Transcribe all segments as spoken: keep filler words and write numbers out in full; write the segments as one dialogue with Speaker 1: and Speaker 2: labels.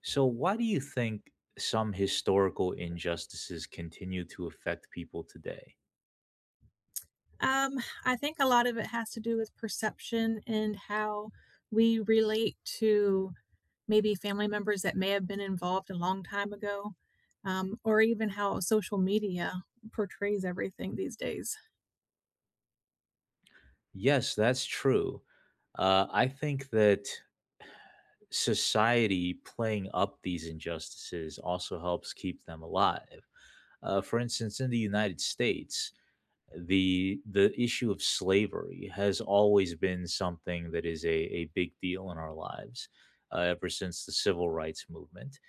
Speaker 1: So, why do you think some historical injustices continue to affect people today?
Speaker 2: Um, I think a lot of it has to do with perception and how we relate to maybe family members that may have been involved a long time ago, um, or even how social media portrays everything these days.
Speaker 1: Yes, that's true. Uh, I think that society playing up these injustices also helps keep them alive. Uh, for instance, in the United States, the the issue of slavery has always been something that is a, a big deal in our lives uh, ever since the civil rights movement.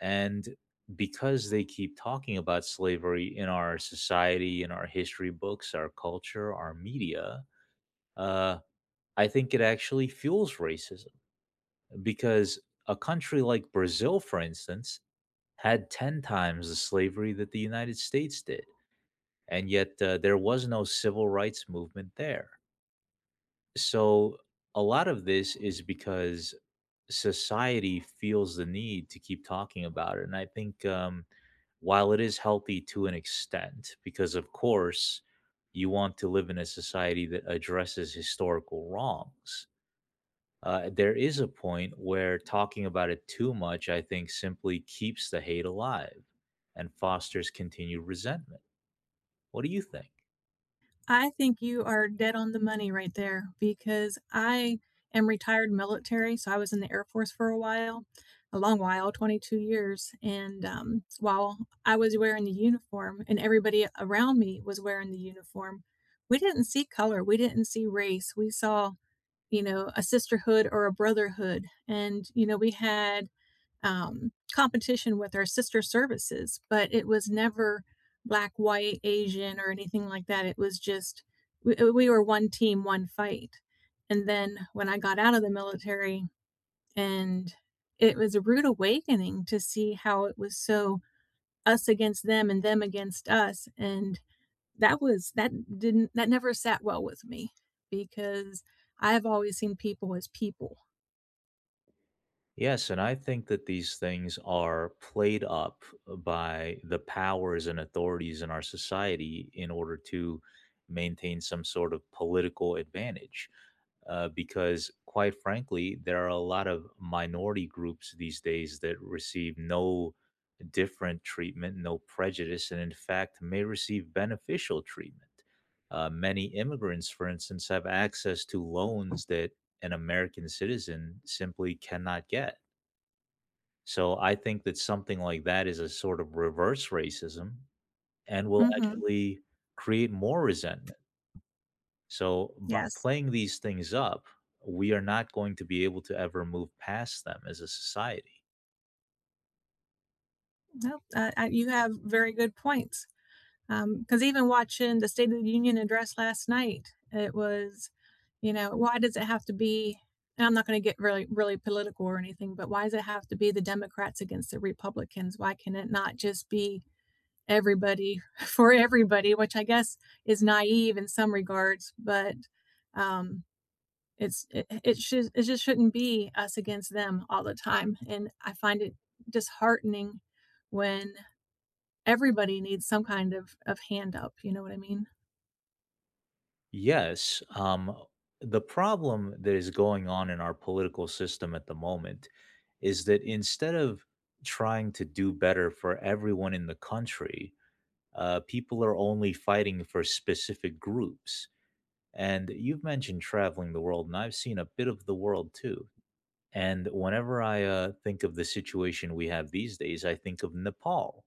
Speaker 1: And because they keep talking about slavery in our society, in our history books, our culture, our media, uh, I think it actually fuels racism because a country like Brazil, for instance, had ten times the slavery that the United States did. And yet uh, there was no civil rights movement there. So a lot of this is because society feels the need to keep talking about it. And I think um, while it is healthy to an extent, because of course you want to live in a society that addresses historical wrongs, uh, there is a point where talking about it too much, I think, simply keeps the hate alive and fosters continued resentment. What do you think?
Speaker 2: I think you are dead on the money right there because I am retired military. So I was in the Air Force for a while, a long while, twenty-two years. And um, while I was wearing the uniform and everybody around me was wearing the uniform, we didn't see color, we didn't see race. We saw, you know, a sisterhood or a brotherhood. And, you know, we had um, competition with our sister services, but it was never black, white, Asian, or anything like that. It was just we, uh, we were one team, one fight. And then when I got out of the military, and it was a rude awakening to see how it was so us against them and them against us. And that was, that didn't, that never sat well with me because I've always seen people as people.
Speaker 1: Yes, and I think that these things are played up by the powers and authorities in our society in order to maintain some sort of political advantage. Uh, because, quite frankly, there are a lot of minority groups these days that receive no different treatment, no prejudice, and in fact may receive beneficial treatment. Uh, many immigrants, for instance, have access to loans that an American citizen simply cannot get, so I think that something like that is a sort of reverse racism and will
Speaker 2: hmm
Speaker 1: actually create more resentment. So by
Speaker 2: Yes.
Speaker 1: playing these things up, we are not going to be able to ever move past them as a society.
Speaker 2: Well, uh, uh, you have very good points. Because even watching the State of the Union address last night, it was, you know, why does it have to be? And I'm not going to get really, really political or anything, but why does it have to be the Democrats against the Republicans? Why can it not just be everybody for everybody? Which I guess is naive in some regards, but um, it's it, it should it just shouldn't be us against them all the time. And I find it disheartening when everybody needs some kind of of hand up, you know what I mean?
Speaker 1: Yes. Um, the problem that is going on in our political system at the moment is that instead of trying to do better for everyone in the country, uh, people are only fighting for specific groups. And you've mentioned traveling the world, and I've seen a bit of the world too. And whenever I uh, think of the situation we have these days, I think of Nepal.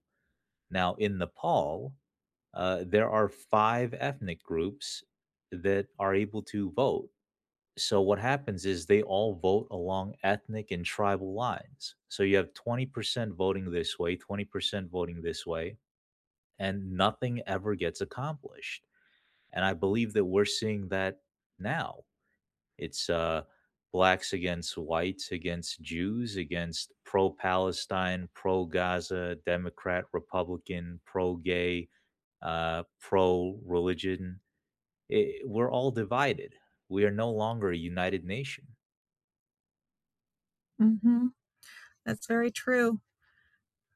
Speaker 1: Now, in Nepal, uh, there are five ethnic groups that are able to vote. So, what happens is they all vote along ethnic and tribal lines. So, you have twenty percent voting this way, twenty percent voting this way, and nothing ever gets accomplished. And I believe that we're seeing that now. It's uh, blacks against whites, against Jews, against pro Palestine, pro Gaza, Democrat, Republican, pro gay, uh, pro religion. We're all divided. We are no longer a united nation.
Speaker 2: Mhm. That's very true.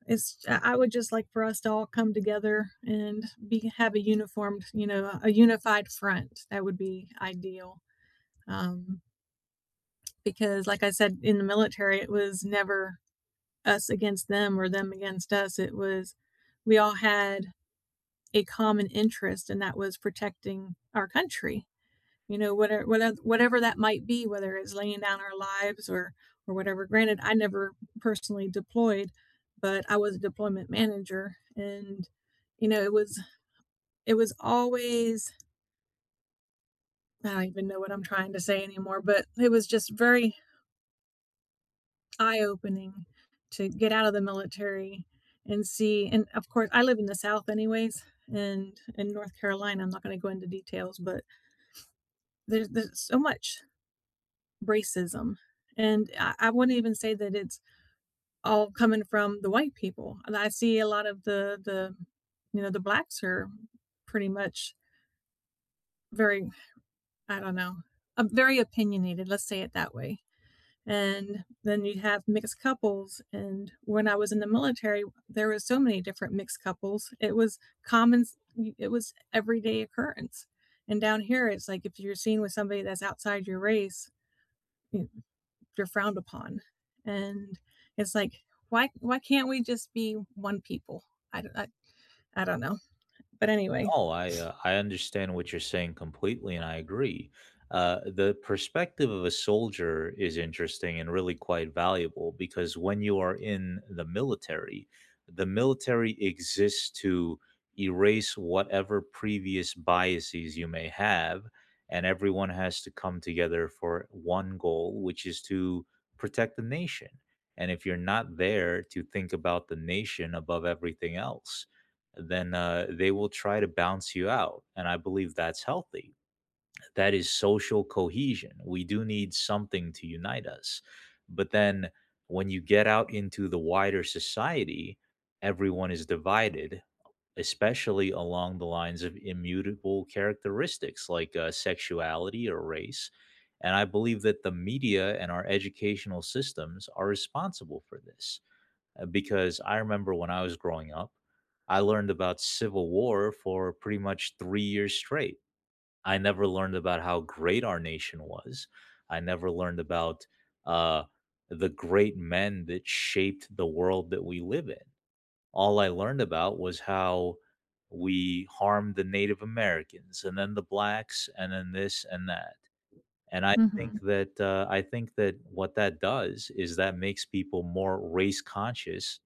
Speaker 2: It's I I would just like for us to all come together and be have a uniformed, you know, a unified front. That would be ideal. um, because, like I said, in the military, it was never us against them or them against us. It was we all had a common interest, and that was protecting our country. You know, whatever whatever whatever that might be, whether it's laying down our lives or or whatever. Granted, I never personally deployed, but I was a deployment manager, and you know, it was it was always I don't even know what I'm trying to say anymore, but it was just very eye-opening to get out of the military and see. And of course, I live in the South anyways, and in North Carolina, I'm not gonna go into details, but there's there's so much racism, and I I wouldn't even say that it's all coming from the white people, and I see a lot of the the you know, the blacks are pretty much very I don't know, uh, very opinionated, let's say it that way. And then you have mixed couples, and when I was in the military there was so many different mixed couples. It was common. It was everyday occurrence. And down here it's like if you're seen with somebody that's outside your race you- are frowned upon. And it's like, why why can't we just be one people? I I d- I, I don't know, but anyway.
Speaker 1: No, I uh, I understand what you're saying completely, and I agree. Uh, the perspective of a soldier is interesting and really quite valuable because when you are in the military, the military exists to erase whatever previous biases you may have, and everyone has to come together for one goal, which is to protect the nation. And if you're not there to think about the nation above everything else, then uh, they will try to bounce you out. And I believe that's healthy. That is social cohesion. We do need something to unite us. But then when you get out into the wider society, everyone is divided, especially along the lines of immutable characteristics like uh, sexuality or race. And I believe that the media and our educational systems are responsible for this uh, because I remember when I was growing up, I learned about Civil War for pretty much three years straight. I never learned about how great our nation was. I never learned about uh, the great men that shaped the world that we live in. All I learned about was how we harmed the Native Americans and then the blacks and then this and that. And I think
Speaker 2: Mhm,
Speaker 1: that uh, I think that what that does is that makes people more race conscious,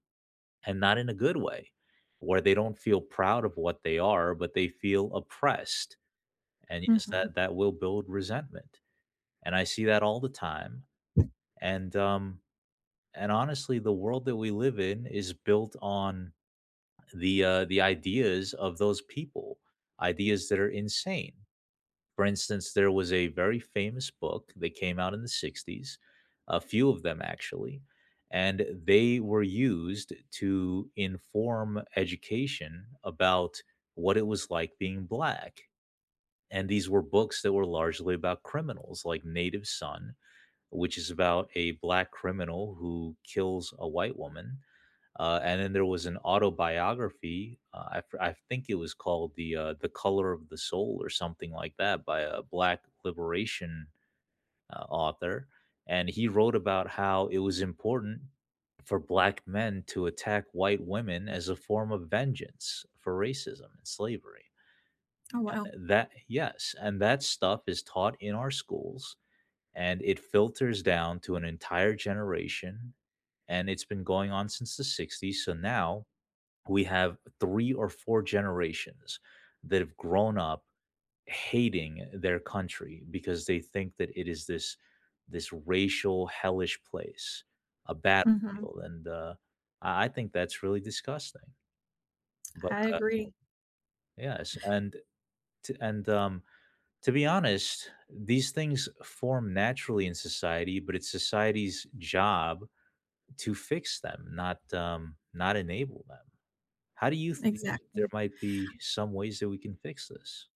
Speaker 1: and not in a good way, where they don't feel proud of what they are, but they feel oppressed. And yes,
Speaker 2: mhm.
Speaker 1: that that will build resentment. And I see that all the time. And um, and honestly, the world that we live in is built on the uh, the ideas of those people, ideas that are insane. For instance, there was a very famous book that came out in the sixties, a few of them actually, and they were used to inform education about what it was like being black. And these were books that were largely about criminals like Native Son, which is about a black criminal who kills a white woman. Uh, and then there was an autobiography. Uh, I, f- I think it was called the uh, the Color of the Soul or something like that by a black liberation uh, author, and he wrote about how it was important for black men to attack white women as a form of vengeance for racism and slavery.
Speaker 2: Oh, wow.
Speaker 1: That, yes, and that stuff is taught in our schools, and it filters down to an entire generation, and it's been going on since the sixties. So now we have three or four generations that have grown up hating their country because they think that it is this, this racial hellish place, a
Speaker 2: Mhm.
Speaker 1: battlefield. And uh, i I think that's really disgusting, but
Speaker 2: I
Speaker 1: uh,
Speaker 2: agree.
Speaker 1: yes. And t- and um to be honest, these things form naturally in society, but it's society's job to fix them, not, um, not enable them. How do you think that there
Speaker 2: Exactly.
Speaker 1: might be some ways that we can fix this?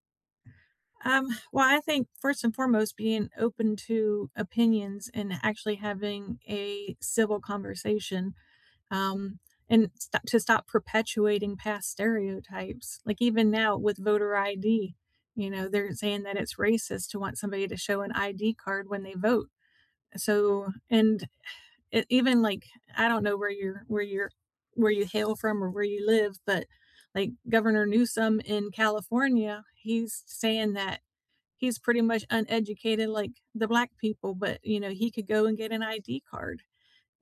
Speaker 2: Um, well, I think first and foremost, being open to opinions and actually having a civil conversation, um, and st- to stop perpetuating past stereotypes. Like even now with voter I D, you know, they're saying that it's racist to want somebody to show an I D card when they vote. So, and it, even like I don't know where you're where you're where you hail from or where you live, but like Governor Newsom in California, he's saying that he's pretty much uneducated like the black people, but you know, he could go and get an I D card.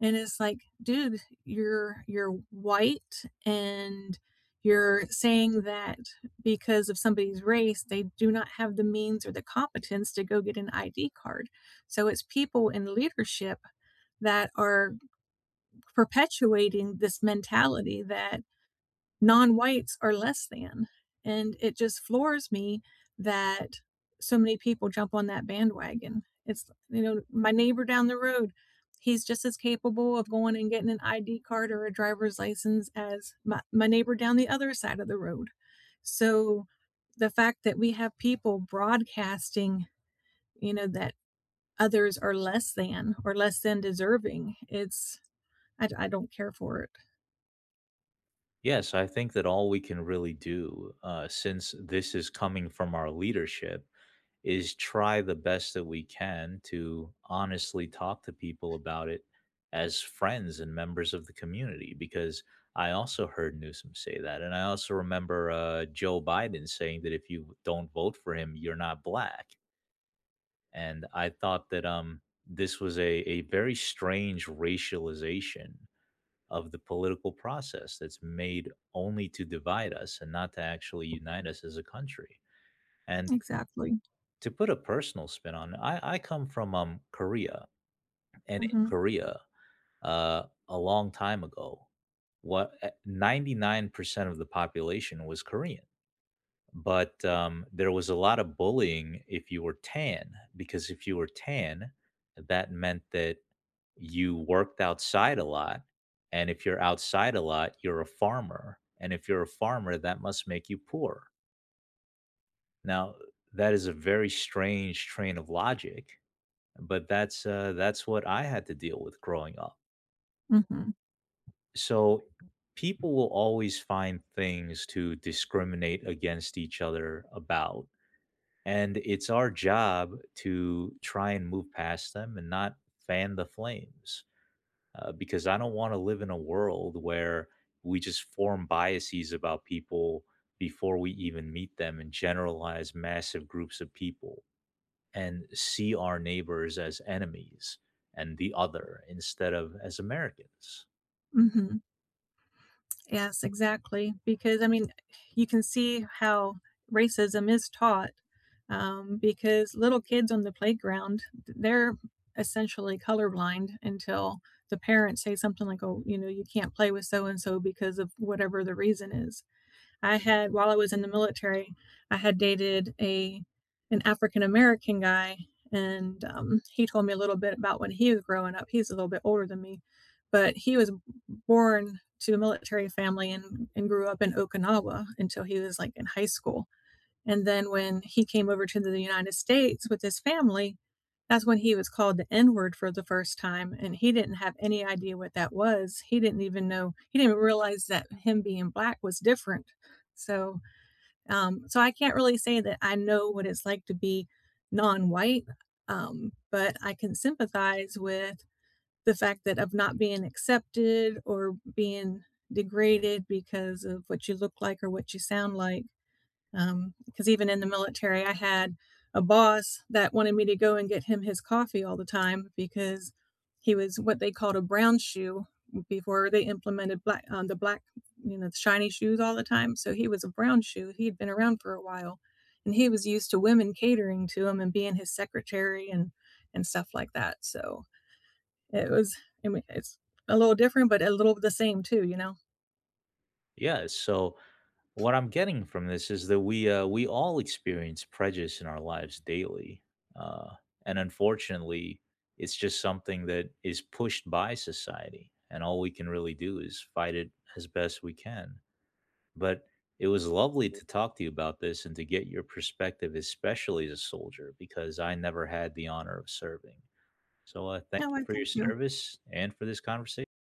Speaker 2: And it's like, dude, you're you're white and you're saying that because of somebody's race, they do not have the means or the competence to go get an I D card. So it's people in leadership that are perpetuating this mentality that non-whites are less than, and it just floors me that so many people jump on that bandwagon. It's, you know, my neighbor down the road, he's just as capable of going and getting an ID card or a driver's license as my, my neighbor down the other side of the road. So the fact that we have people broadcasting, you know, that others are less than or less than deserving, it's I d I don't care for it.
Speaker 1: Yes, I think that all we can really do, uh, since this is coming from our leadership, is try the best that we can to honestly talk to people about it as friends and members of the community. Because I also heard Newsom say that. And I also remember uh, Joe Biden saying that if you don't vote for him, you're not black. And I thought that um, this was a, a very strange racialization of the political process that's made only to divide us and not to actually unite us as a country. And
Speaker 2: Exactly.
Speaker 1: to put a personal spin on it, I, I come from um, Korea, and in
Speaker 2: Mhm,
Speaker 1: Korea, uh, a long time ago, what eh, ninety-nine percent of the population was Korean. But um, there was a lot of bullying if you were tan, because if you were tan, that meant that you worked outside a lot. And if you're outside a lot, you're a farmer. And if you're a farmer, that must make you poor. Now, that is a very strange train of logic, but that's uh, that's what I had to deal with growing up.
Speaker 2: mhm,
Speaker 1: So people will always find things to discriminate against each other about. And it's our job to try and move past them and not fan the flames. Uh, because I don't want to live in a world where we just form biases about people before we even meet them and generalize massive groups of people and see our neighbors as enemies and the other instead of as Americans.
Speaker 2: mhm. Yes, exactly, because, I mean, you can see how racism is taught, um, because little kids on the playground, they're essentially colorblind until the parents say something like, "Oh, you know, you can't play with so and so because of whatever the reason is." I had, while I was in the military, I had dated a an African American guy, and um, he told me a little bit about when he was growing up. He's a little bit older than me, but he was born to a military family and, and grew up in Okinawa until he was like in high school. And then when he came over to the United States with his family, that's when he was called the N word for the first time. And he didn't have any idea what that was. He didn't even know, he didn't realize that him being black was different. So, um, so I can't really say that I know what it's like to be non white, um, but I can sympathize with the fact that of not being accepted or being degraded because of what you look like or what you sound like, um, because even in the military, I had a boss that wanted me to go and get him his coffee all the time because he was what they called a brown shoe before they implemented black um, the black, you know, the shiny shoes all the time. So he was a brown shoe. He had been around for a while and he was used to women catering to him and being his secretary and and stuff like that. So it was, I mean, it's a little different but a little the same too, you know.
Speaker 1: Yeah, so what I'm getting from this is that we, uh, we all experience prejudice in our lives daily, uh, and unfortunately, it's just something that is pushed by society, and all we can really do is fight it as best we can. But it was lovely to talk to you about this and to get your perspective, especially as a soldier, because I never had the honor of serving. So, uh, thank
Speaker 2: No,
Speaker 1: you
Speaker 2: I
Speaker 1: for your
Speaker 2: thank you.
Speaker 1: service and for this conversation.